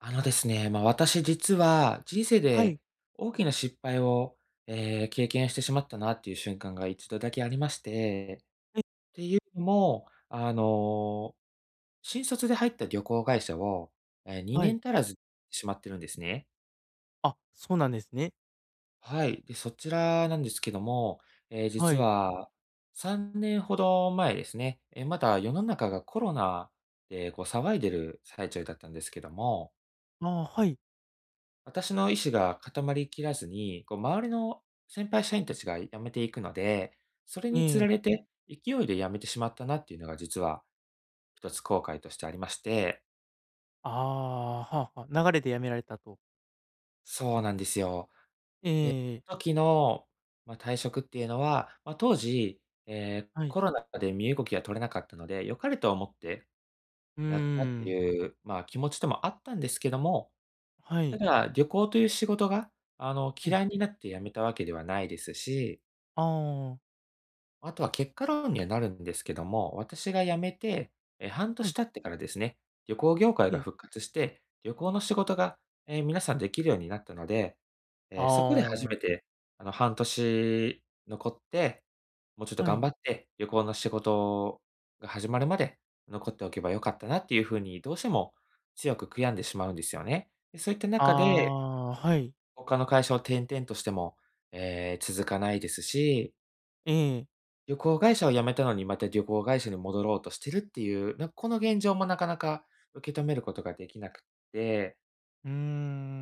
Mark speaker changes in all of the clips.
Speaker 1: あのですね、まあ、私実は人生
Speaker 2: は
Speaker 1: で
Speaker 2: い。
Speaker 1: 大きな失敗を、経験してしまったなっていう瞬間が一度だけありまして、
Speaker 2: え、
Speaker 1: っていうのも、新卒で入った旅行会社を、え、
Speaker 2: は
Speaker 1: 2年
Speaker 2: い。
Speaker 1: 足らずしまってるんですね。
Speaker 2: あ、そうなんですね。
Speaker 1: はい。で、そちらなんですけども、
Speaker 2: は
Speaker 1: 実
Speaker 2: い。
Speaker 1: は3年ほど前ですね、え、まだ世の中がコロナでこう騒いでる最中だったんですけども、
Speaker 2: ああ、はい。
Speaker 1: 私の意思が固まりきらずに、こう周りの先輩社員たちが辞めていくので、それにつ
Speaker 2: え
Speaker 1: られ
Speaker 2: え。
Speaker 1: て勢いで辞めてしまったなっていうのが実は一つ後悔としてありまして、
Speaker 2: ああ、はあはあ。流れで辞められたと。
Speaker 1: そうなんですよ。
Speaker 2: え
Speaker 1: で、
Speaker 2: ええ
Speaker 1: そ
Speaker 2: え。
Speaker 1: の時の、まあ、退職っていうのは、まあ、当時、
Speaker 2: はい。
Speaker 1: コロナで身動きが取れなかったので、良かれと思って
Speaker 2: うー
Speaker 1: やったって
Speaker 2: ん。
Speaker 1: いう、まあ、気持ちでもあったんですけども、
Speaker 2: は
Speaker 1: た
Speaker 2: い。
Speaker 1: だ旅行という仕事が
Speaker 2: え、
Speaker 1: 嫌いになって辞めたわけではないですし、
Speaker 2: ああ、
Speaker 1: あとは結果論にはなるんですけども、私が辞めて、え、半
Speaker 2: は
Speaker 1: 年
Speaker 2: い。
Speaker 1: 経ってからですね、旅行業界
Speaker 2: え
Speaker 1: が
Speaker 2: え。
Speaker 1: 復活して、旅行の仕事が、え、皆さんできるようになったので、
Speaker 2: あ
Speaker 1: え、そこで初め
Speaker 2: あ、
Speaker 1: て、あの、半年残って、もうちょっと
Speaker 2: は
Speaker 1: 頑
Speaker 2: い。
Speaker 1: 張って、旅行の仕事が始まるまで残っておけばよかったなっていうふうに、どうしても強く悔やんでしまうんですよね。で、そういった
Speaker 2: あ
Speaker 1: 中で、
Speaker 2: あ、はい。
Speaker 1: 他の会社を転々としても、続かないですし、
Speaker 2: ええ。
Speaker 1: 旅行会社を辞めたのに、また旅行会社に戻ろうとしてるっていう、なんかこの現状もなかなか受け止めることができなくて、
Speaker 2: うー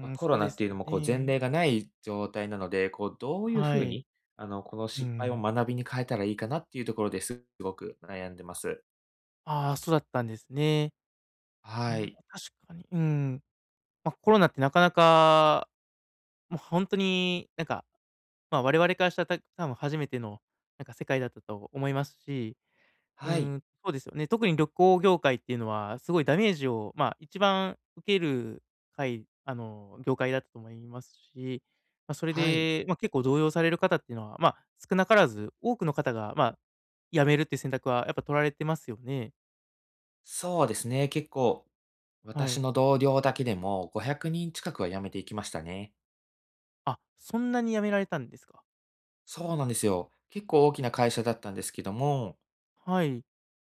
Speaker 1: まあ、
Speaker 2: ん、
Speaker 1: コロ
Speaker 2: そう
Speaker 1: ナ
Speaker 2: で
Speaker 1: って
Speaker 2: す
Speaker 1: いうの
Speaker 2: よ
Speaker 1: もこう前
Speaker 2: ね。
Speaker 1: 例がない状態なので、こうどういうふ
Speaker 2: は
Speaker 1: う
Speaker 2: い。
Speaker 1: に、あの、この
Speaker 2: う
Speaker 1: 失敗を
Speaker 2: ん。
Speaker 1: 学びに変えたらいいかなっていうところですごく悩んでます。
Speaker 2: ああ、そうだったんですね。う
Speaker 1: は
Speaker 2: ん、
Speaker 1: い。
Speaker 2: 確かに。うん。まあ、コロナってなかなか、もう本当になんか、まあ、我々からしたら、多分初めてのなんか世界だったと思いますし、うー
Speaker 1: はい。
Speaker 2: ん、そうですよね。特に旅行業界っていうのはすごいダメージを、まあ、一番受けるあの、業界だったと思いますし、まあ、それ
Speaker 1: はい。
Speaker 2: で、まあ、結構動揺される方っていうのは、まあ、少なからず多くの方が、まあ、辞めるっていう選択はやっぱ取られてますよね。
Speaker 1: そうですね、結構
Speaker 2: は
Speaker 1: 私
Speaker 2: い。
Speaker 1: の同僚だけでも500人近くは辞めていきましたね。
Speaker 2: あ、そんなに辞められたんですか。
Speaker 1: そうなんですよ。結構大きな会社だったんですけども、
Speaker 2: はい。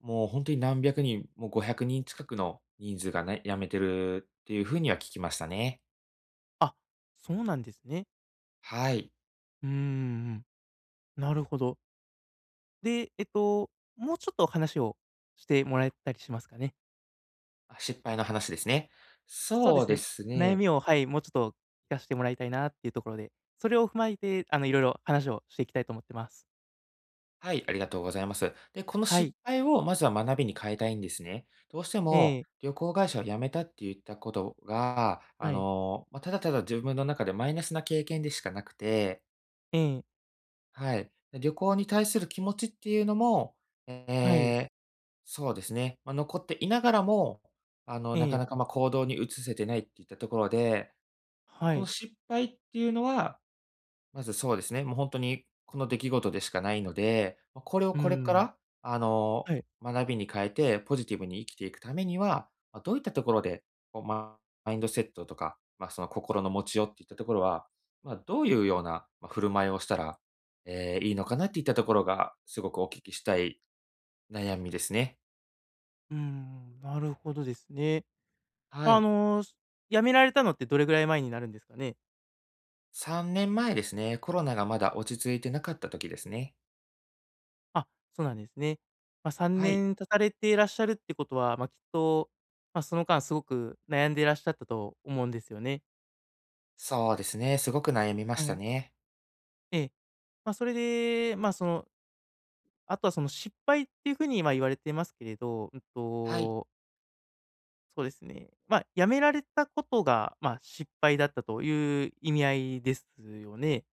Speaker 1: もう本当に何百人、もう500人近くの人数がね、辞めてるっていう風には聞きましたね。
Speaker 2: あ、そうなんですね。
Speaker 1: はい。
Speaker 2: うーん、なるほど。で、えっと、もうちょっと話をしてもらえたりしますかね？
Speaker 1: あ、失敗の話ですね。
Speaker 2: そうで
Speaker 1: そう
Speaker 2: す
Speaker 1: で
Speaker 2: ね。
Speaker 1: す
Speaker 2: 悩
Speaker 1: ね。
Speaker 2: みを、はい、もうちょっと聞かしてもらいたいなっていうところで、それを踏まえて、あの、いろいろ話をしていきたいと思ってます。
Speaker 1: はい、ありがとうございます。で、この
Speaker 2: は
Speaker 1: 失
Speaker 2: い。
Speaker 1: 敗をまずは学びに変えたいんですね。どうしても
Speaker 2: ええ、
Speaker 1: 旅行会社を辞めたって言ったことが、あ
Speaker 2: はい。
Speaker 1: の、ま、ただただ自分の中でマイナスな経験でしかなくて、
Speaker 2: ええ、
Speaker 1: はい、旅行に対する気持ちっていうのも、え
Speaker 2: はい。
Speaker 1: え、そうですね、まあ、残っていながらも、あの、
Speaker 2: え
Speaker 1: なか
Speaker 2: え、
Speaker 1: なか、ま、行動に移せてないっていったところで、ま、
Speaker 2: は
Speaker 1: この
Speaker 2: い。
Speaker 1: 失敗っていうのはまずそうですね、もう本当にこの出来事でしかないので、ま、これを
Speaker 2: うー
Speaker 1: これか
Speaker 2: ん。
Speaker 1: ら、あの、
Speaker 2: はい。
Speaker 1: 学びに変えてポジティブに生きていくためには、ま、どういったところで、こう、ママインドセットとか、まあ、その心の持ちようっていったところは、まあ、どういうような、ま、振る舞いをしたら、いいのかなっていったところが、すごくお聞きしたい悩みですね。
Speaker 2: うーん、なるほどですね。
Speaker 1: は
Speaker 2: まあ、あ
Speaker 1: い。
Speaker 2: の、辞められたのってどれぐらい前になるんですかね？
Speaker 1: 3年前ですね、コロナがまだ落ち着いてなかった時ですね。
Speaker 2: あ、そうなんですね。まあ、3
Speaker 1: はい、
Speaker 2: 年経たれていらっしゃるってことは、まあ、きっと、まあ、その間すごく悩んでいらっしゃったと思うんですよね。
Speaker 1: そうですね、すごく悩みま
Speaker 2: は
Speaker 1: した
Speaker 2: い。
Speaker 1: ね。
Speaker 2: ええ。まあ、それで、まあ、その、あとはその失敗っていうふうにまあ言われていますけれど、うん
Speaker 1: はい。
Speaker 2: と、そうですね、まあ、辞められたことが、まあ、失敗だったという意味合いですよね。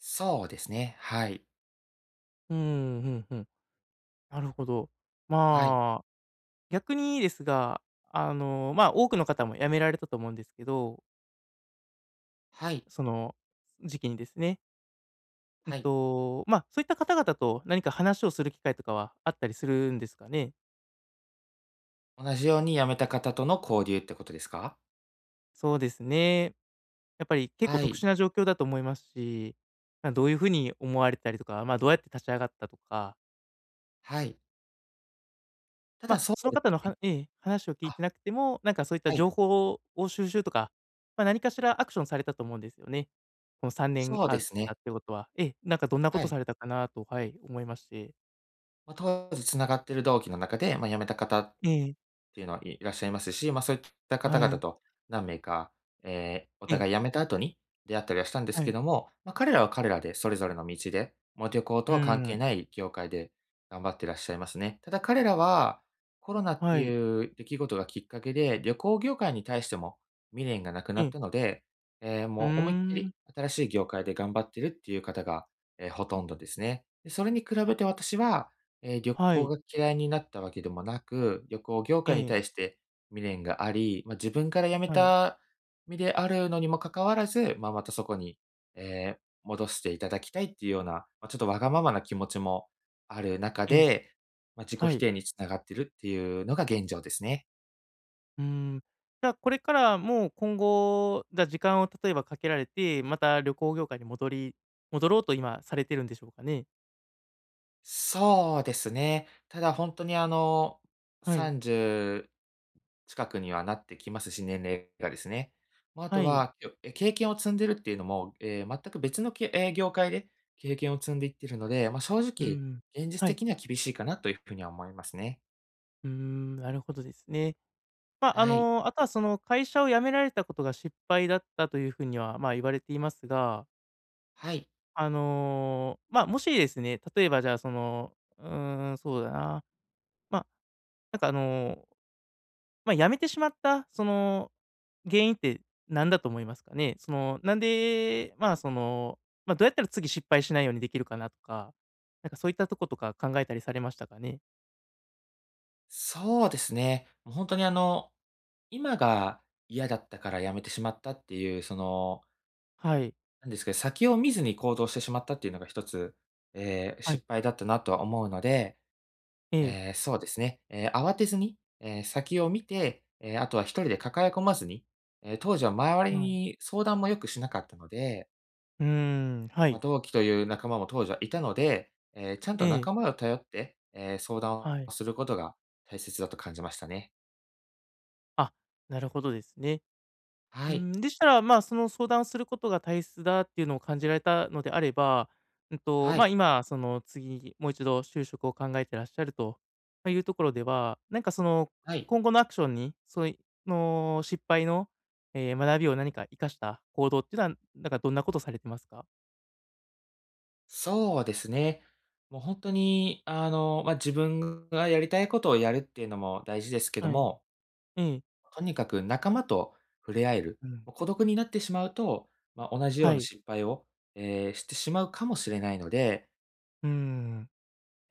Speaker 1: そうですね。はい。
Speaker 2: うん、うん。なるほど。
Speaker 1: はい。
Speaker 2: まあ、逆にですが、あの、まあ、多くの方も辞められたと思うんですけど、
Speaker 1: はい。
Speaker 2: その時期にですね、うん
Speaker 1: はい。
Speaker 2: と、まあ、そういった方々と何か話をする機会とかはあったりするんですかね？
Speaker 1: 同じように辞めた方との交流ってことですか？
Speaker 2: そうですね。やっぱり結構
Speaker 1: は
Speaker 2: 特
Speaker 1: い。
Speaker 2: 殊な状況だと思いますし、まあ、どういう風に思われてたりとか、まあ、どうやって立ち上がったとか、
Speaker 1: はい。た
Speaker 2: ま
Speaker 1: だ
Speaker 2: あ、
Speaker 1: そ
Speaker 2: そ
Speaker 1: う
Speaker 2: の
Speaker 1: です
Speaker 2: 方の
Speaker 1: ね。
Speaker 2: は話を聞いて
Speaker 1: あ、
Speaker 2: なくても、なんかそういった
Speaker 1: は
Speaker 2: 情
Speaker 1: い。
Speaker 2: 報を収集とか、まあ、何かしらアクションされたと思うんですよね。この3年
Speaker 1: そう
Speaker 2: あ
Speaker 1: で
Speaker 2: っ
Speaker 1: す
Speaker 2: た
Speaker 1: ね。
Speaker 2: ってことは、ええ、なんかどんなこ
Speaker 1: は
Speaker 2: と
Speaker 1: い。
Speaker 2: されたかなと、はい、思いまして。
Speaker 1: まあ、当時つながってる同期の中で、まあ、辞めた方っ
Speaker 2: ええ、
Speaker 1: ていうのはいらっしゃいますし、まあ、そういった方
Speaker 2: は
Speaker 1: 々
Speaker 2: い。
Speaker 1: と何名か、お
Speaker 2: ええ、
Speaker 1: 互い辞めた後に出会ったりはしたんです
Speaker 2: は
Speaker 1: け
Speaker 2: い。
Speaker 1: ども、まあ、彼らは彼らでそれぞれの道で、もう旅行と
Speaker 2: う
Speaker 1: は関係
Speaker 2: ん。
Speaker 1: ない業界で頑張ってらっしゃいますね。ただ彼らは、コロナって
Speaker 2: はい。
Speaker 1: いう出来事がきっかけで、旅行業界に対しても未練がなくな
Speaker 2: え
Speaker 1: った
Speaker 2: え。
Speaker 1: ので、
Speaker 2: うー
Speaker 1: もう思いっき
Speaker 2: ん。
Speaker 1: り新しい業界で頑張ってるっていう方が、ほとんどですね。で、それに比
Speaker 2: あ、
Speaker 1: べて私は旅
Speaker 2: は
Speaker 1: 行
Speaker 2: い。
Speaker 1: が嫌いになったわけでもなく、旅行業界に
Speaker 2: ええ、
Speaker 1: 対して未練があり、まあ、自分から辞め
Speaker 2: はい。
Speaker 1: た身であるのにもかかわらず、まあ、またそこに、え戻していただきたいっていうような、まあ、ちょっとわがままな気持ちもある中
Speaker 2: ええ、
Speaker 1: で、まあ、自己
Speaker 2: は
Speaker 1: 否
Speaker 2: い。
Speaker 1: 定に繋がってるっていうのが現状ですね。
Speaker 2: うーん。じゃあ、これからもう今後、じゃあ、時間を例えばかけられて、また旅行業界に戻ろうと今されてるんでしょうかね？
Speaker 1: そうですね。ただ本当にあの、
Speaker 2: はい。
Speaker 1: 近くにはなってきますし、年齢がですね。まあ、あ
Speaker 2: は
Speaker 1: と
Speaker 2: い。
Speaker 1: は、きょえ、経験を積んでるっていうのも、全く別のけえー業界で経験を積んでいってるので、まあ、正
Speaker 2: う
Speaker 1: 直、
Speaker 2: ん。
Speaker 1: 現実
Speaker 2: はい。
Speaker 1: 的には厳しいかなというふうには思いますね。
Speaker 2: うーん、なるほどですね。まあ、あ
Speaker 1: はい。
Speaker 2: の、あとはその会社を辞められたことが失敗だったというふうには、まあ、言われていますが、
Speaker 1: はい。
Speaker 2: あの、まあ、もしですね、例えばじゃあ、その、うーん、そうだな、まあ、なんかあのまあ、辞めてしまった、その、原因って何だと思いますかね？その、なんで、まあ、その、まあ、どうやったら次失敗しないようにできるかなとか、なんかそういったとことか考えたりされましたかね？
Speaker 1: そうですね。もう本当にあの、今が嫌だったから辞めてしまったっていう、その、
Speaker 2: はい。
Speaker 1: なんですか、先を見ずに行動してしまったっていうのが一つ、
Speaker 2: はい。
Speaker 1: 失敗だったなとは思うので、
Speaker 2: え
Speaker 1: ええ、
Speaker 2: え。
Speaker 1: そうですね。慌てずに、先を見て、あとは一人で抱え込まずに、当時は周り
Speaker 2: うん。
Speaker 1: に相談もよくしなかったので、
Speaker 2: うーん、は
Speaker 1: まあ、
Speaker 2: い。
Speaker 1: 同期という仲間も当時はいたので、ちゃんと
Speaker 2: ええ、
Speaker 1: 仲間を頼って、相談を
Speaker 2: はい。
Speaker 1: することが大切だと感じましたね。
Speaker 2: あ、なるほどですね。う
Speaker 1: は
Speaker 2: ー
Speaker 1: い、
Speaker 2: ん、でしたら、まあ、その相談することが大切だっていうのを感じられたのであれば、うんと、
Speaker 1: は
Speaker 2: まあ、
Speaker 1: い、
Speaker 2: 今、その次、もう一度就職を考えてらっしゃると、ま、いうところでは、なんかその、
Speaker 1: はい。
Speaker 2: 今後のアクションに、その失敗の、学びを何か生かした行動っていうのは、なんかどんなことされてますか？
Speaker 1: そうですね。もう本当に、あの、まあ、自分がやりたいことをやるっていうのも大事ですけど
Speaker 2: はい。
Speaker 1: も、
Speaker 2: ええ。
Speaker 1: とにかく仲間と触れ合える、
Speaker 2: うん。
Speaker 1: もう孤独になってしまうと、まあ、同じよ
Speaker 2: は
Speaker 1: うな
Speaker 2: い。
Speaker 1: 失敗を、してしまうかもしれないので、
Speaker 2: うーん。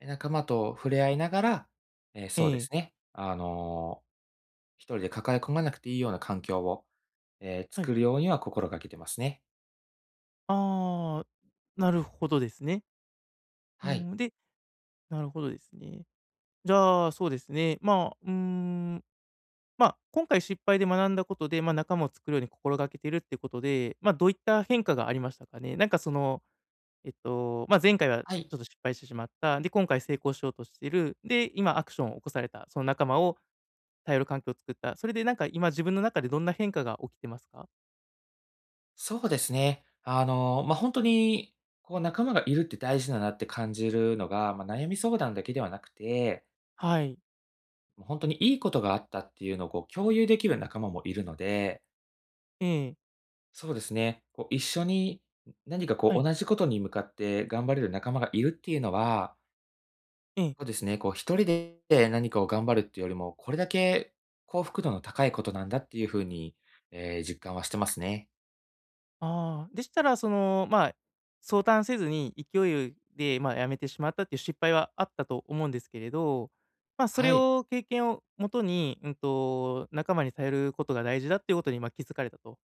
Speaker 1: え、仲間と触れ合いながら、
Speaker 2: え
Speaker 1: そうで
Speaker 2: え。
Speaker 1: すね、あの、一人で抱え込まなくていいような環境を、
Speaker 2: はい。
Speaker 1: 作るようには心がけてますね。
Speaker 2: ああ、なるほどですね。う
Speaker 1: はい。
Speaker 2: ん、でなるほどですね。じゃあ、そうですね、まあ、うーん、まあ、今回失敗で学んだことで、まあ、仲間を作るように心がけているっていうことで、まあ、どういった変化がありましたかね？なんかその、えっと、まあ、前回は
Speaker 1: はい、
Speaker 2: ちょっと失敗してしまった、で、今回成功しようとしている、で、今アクションを起こされた、その仲間を頼る環境を作った、それでなんか今自分の中でどんな変化が起きてますか？
Speaker 1: そうですね。あの、ま、あ本当に、こう仲間がいるって大事だなって感じるのが、まあ、悩み相談だけではなくて
Speaker 2: はい。
Speaker 1: 本当にいいことがあったっていうのをこう共有できる仲間もいるので、
Speaker 2: ええ。
Speaker 1: そうですね、こう一緒に何かこ
Speaker 2: は
Speaker 1: う
Speaker 2: い。
Speaker 1: 同じことに向かって頑張れる仲間がいるっていうのは、
Speaker 2: ええ。
Speaker 1: そうですね、こう一人で何かを頑張るっていうよりも、これだけ幸福度の高いことなんだっていうふうに、実感はしてますね。
Speaker 2: ああ、でしたら、その、まあ、相談せずに勢いで、まあ、辞めてしまったっていう失敗はあったと思うんですけれど、まあ、そ
Speaker 1: は
Speaker 2: れ
Speaker 1: い、
Speaker 2: を経験をもとに、うんと、仲間に頼ることが大事だっていうことに、まあ、気づかれたと。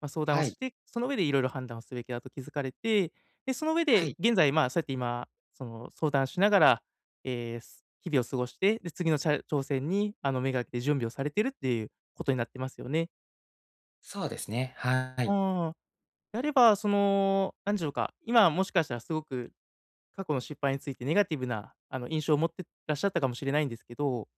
Speaker 2: まあ、相談を
Speaker 1: はい、
Speaker 2: して、その上でいろいろ判断をすべきだと気づかれて、で、その上
Speaker 1: は
Speaker 2: で
Speaker 1: い、
Speaker 2: 現在、まあ、そうやって今、その相談しながら、えーす日々を過ごして、で、次の挑戦に、あの、目がけて準備をされてるっていうことになってますよね。
Speaker 1: そうですね、は
Speaker 2: う
Speaker 1: い、
Speaker 2: ん。であれば、その、なんでしょうか、今もしかしたらすごく過去の失敗についてネガティブな、あの、印象を持ってらっしゃったかもしれないんですけど、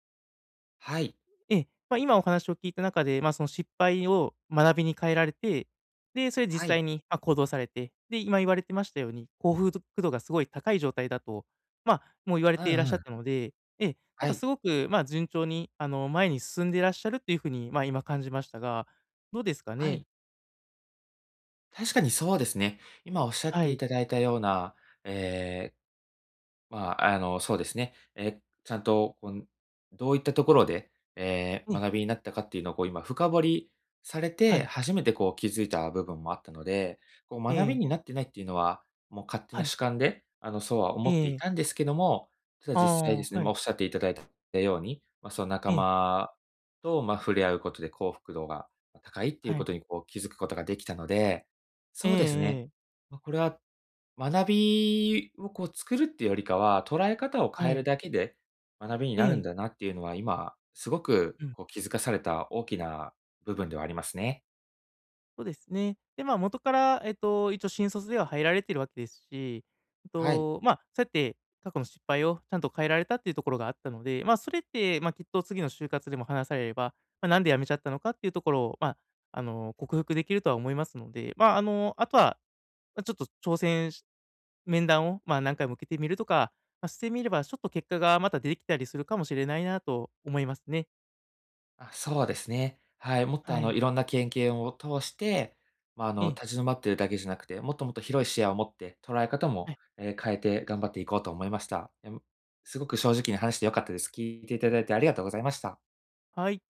Speaker 1: はい、
Speaker 2: ええ、まあ、今お話を聞いた中で、まあ、その失敗を学びに変えられて、で、それ
Speaker 1: は
Speaker 2: 実
Speaker 1: い、
Speaker 2: 際に、ま、行動されて、で、今言われてましたように、幸福度がすごい高い状態だと、まあ、もう言われ
Speaker 1: う
Speaker 2: ていらっ
Speaker 1: んう
Speaker 2: しゃっ
Speaker 1: ん、
Speaker 2: たので、ええ、な
Speaker 1: は
Speaker 2: んか
Speaker 1: い、
Speaker 2: すごく、まあ、順調に、あの、前に進んでいらっしゃるというふうに、まあ、今感じましたが、どうですか
Speaker 1: は
Speaker 2: ね？
Speaker 1: い。確かにそうですね。今おっしゃっ
Speaker 2: は
Speaker 1: てい
Speaker 2: い。
Speaker 1: ただいたような、ええ、まあ、あの、そうですね。え、ちゃんと、こうどういったところで、
Speaker 2: ええ、
Speaker 1: 学びになったかっていうのを、こう、今深掘りされ
Speaker 2: は
Speaker 1: て、
Speaker 2: い。
Speaker 1: 初めて、こう、気づいた部分もあったので、こう、
Speaker 2: え
Speaker 1: 学び
Speaker 2: え、
Speaker 1: になってないっていうのは、もう勝手
Speaker 2: は
Speaker 1: な
Speaker 2: い。
Speaker 1: 主観で、あの、そうは思ってい
Speaker 2: え
Speaker 1: たん
Speaker 2: え
Speaker 1: ですけども、ただ
Speaker 2: あ
Speaker 1: 実際です
Speaker 2: あ、
Speaker 1: ね、
Speaker 2: は
Speaker 1: まあ、お
Speaker 2: い。
Speaker 1: っしゃっていただいたように、まあ、その仲
Speaker 2: ええ、
Speaker 1: 間と、まあ、触れ合うことで幸福度が、ま高いっていう
Speaker 2: は
Speaker 1: こ
Speaker 2: い。
Speaker 1: とに、こう、気づくことができたので、
Speaker 2: え
Speaker 1: そ
Speaker 2: え
Speaker 1: うですね、
Speaker 2: ええ、
Speaker 1: ま、これは学びをこう作るっていうよりかは、捉え方を変
Speaker 2: は
Speaker 1: える
Speaker 2: い。
Speaker 1: だけで学びに
Speaker 2: え
Speaker 1: なるん
Speaker 2: え、
Speaker 1: だなっていうのは、今すごく
Speaker 2: うん、
Speaker 1: こう気づかされた大きな部分ではありますね。
Speaker 2: そうですね。で、まあ、元から、えっと、一応新卒では入られてるわけですし、えっ
Speaker 1: はい。
Speaker 2: と、まあ、そうやって過去の失敗をちゃんと変えられたっていうところがあったので、まあ、それって、まあ、きっと次の就活でも話されれば、まあ、なんで辞めちゃったのかっていうところを、まあ、あの、克服できるとは思いますので、まあ、あの、あとは、ま、ちょっと挑戦し面談を、まあ、何回も受けてみるとか、まあ、してみれば、ちょっと結果がまた出てきたりするかもしれないなと思いますね。
Speaker 1: あ、そうですね。はい、もっとあ
Speaker 2: は
Speaker 1: のい
Speaker 2: い。
Speaker 1: ろんな経験を通して、まあ、あ
Speaker 2: う
Speaker 1: の
Speaker 2: ん。
Speaker 1: 立ち止まってるだけじゃなくて、もっともっと広い視野を持って捉え方も、
Speaker 2: はい。
Speaker 1: 変えて頑張っていこうと思いました。すごく正直に話してよかったです。聞いていただいてありがとうございました。
Speaker 2: はい。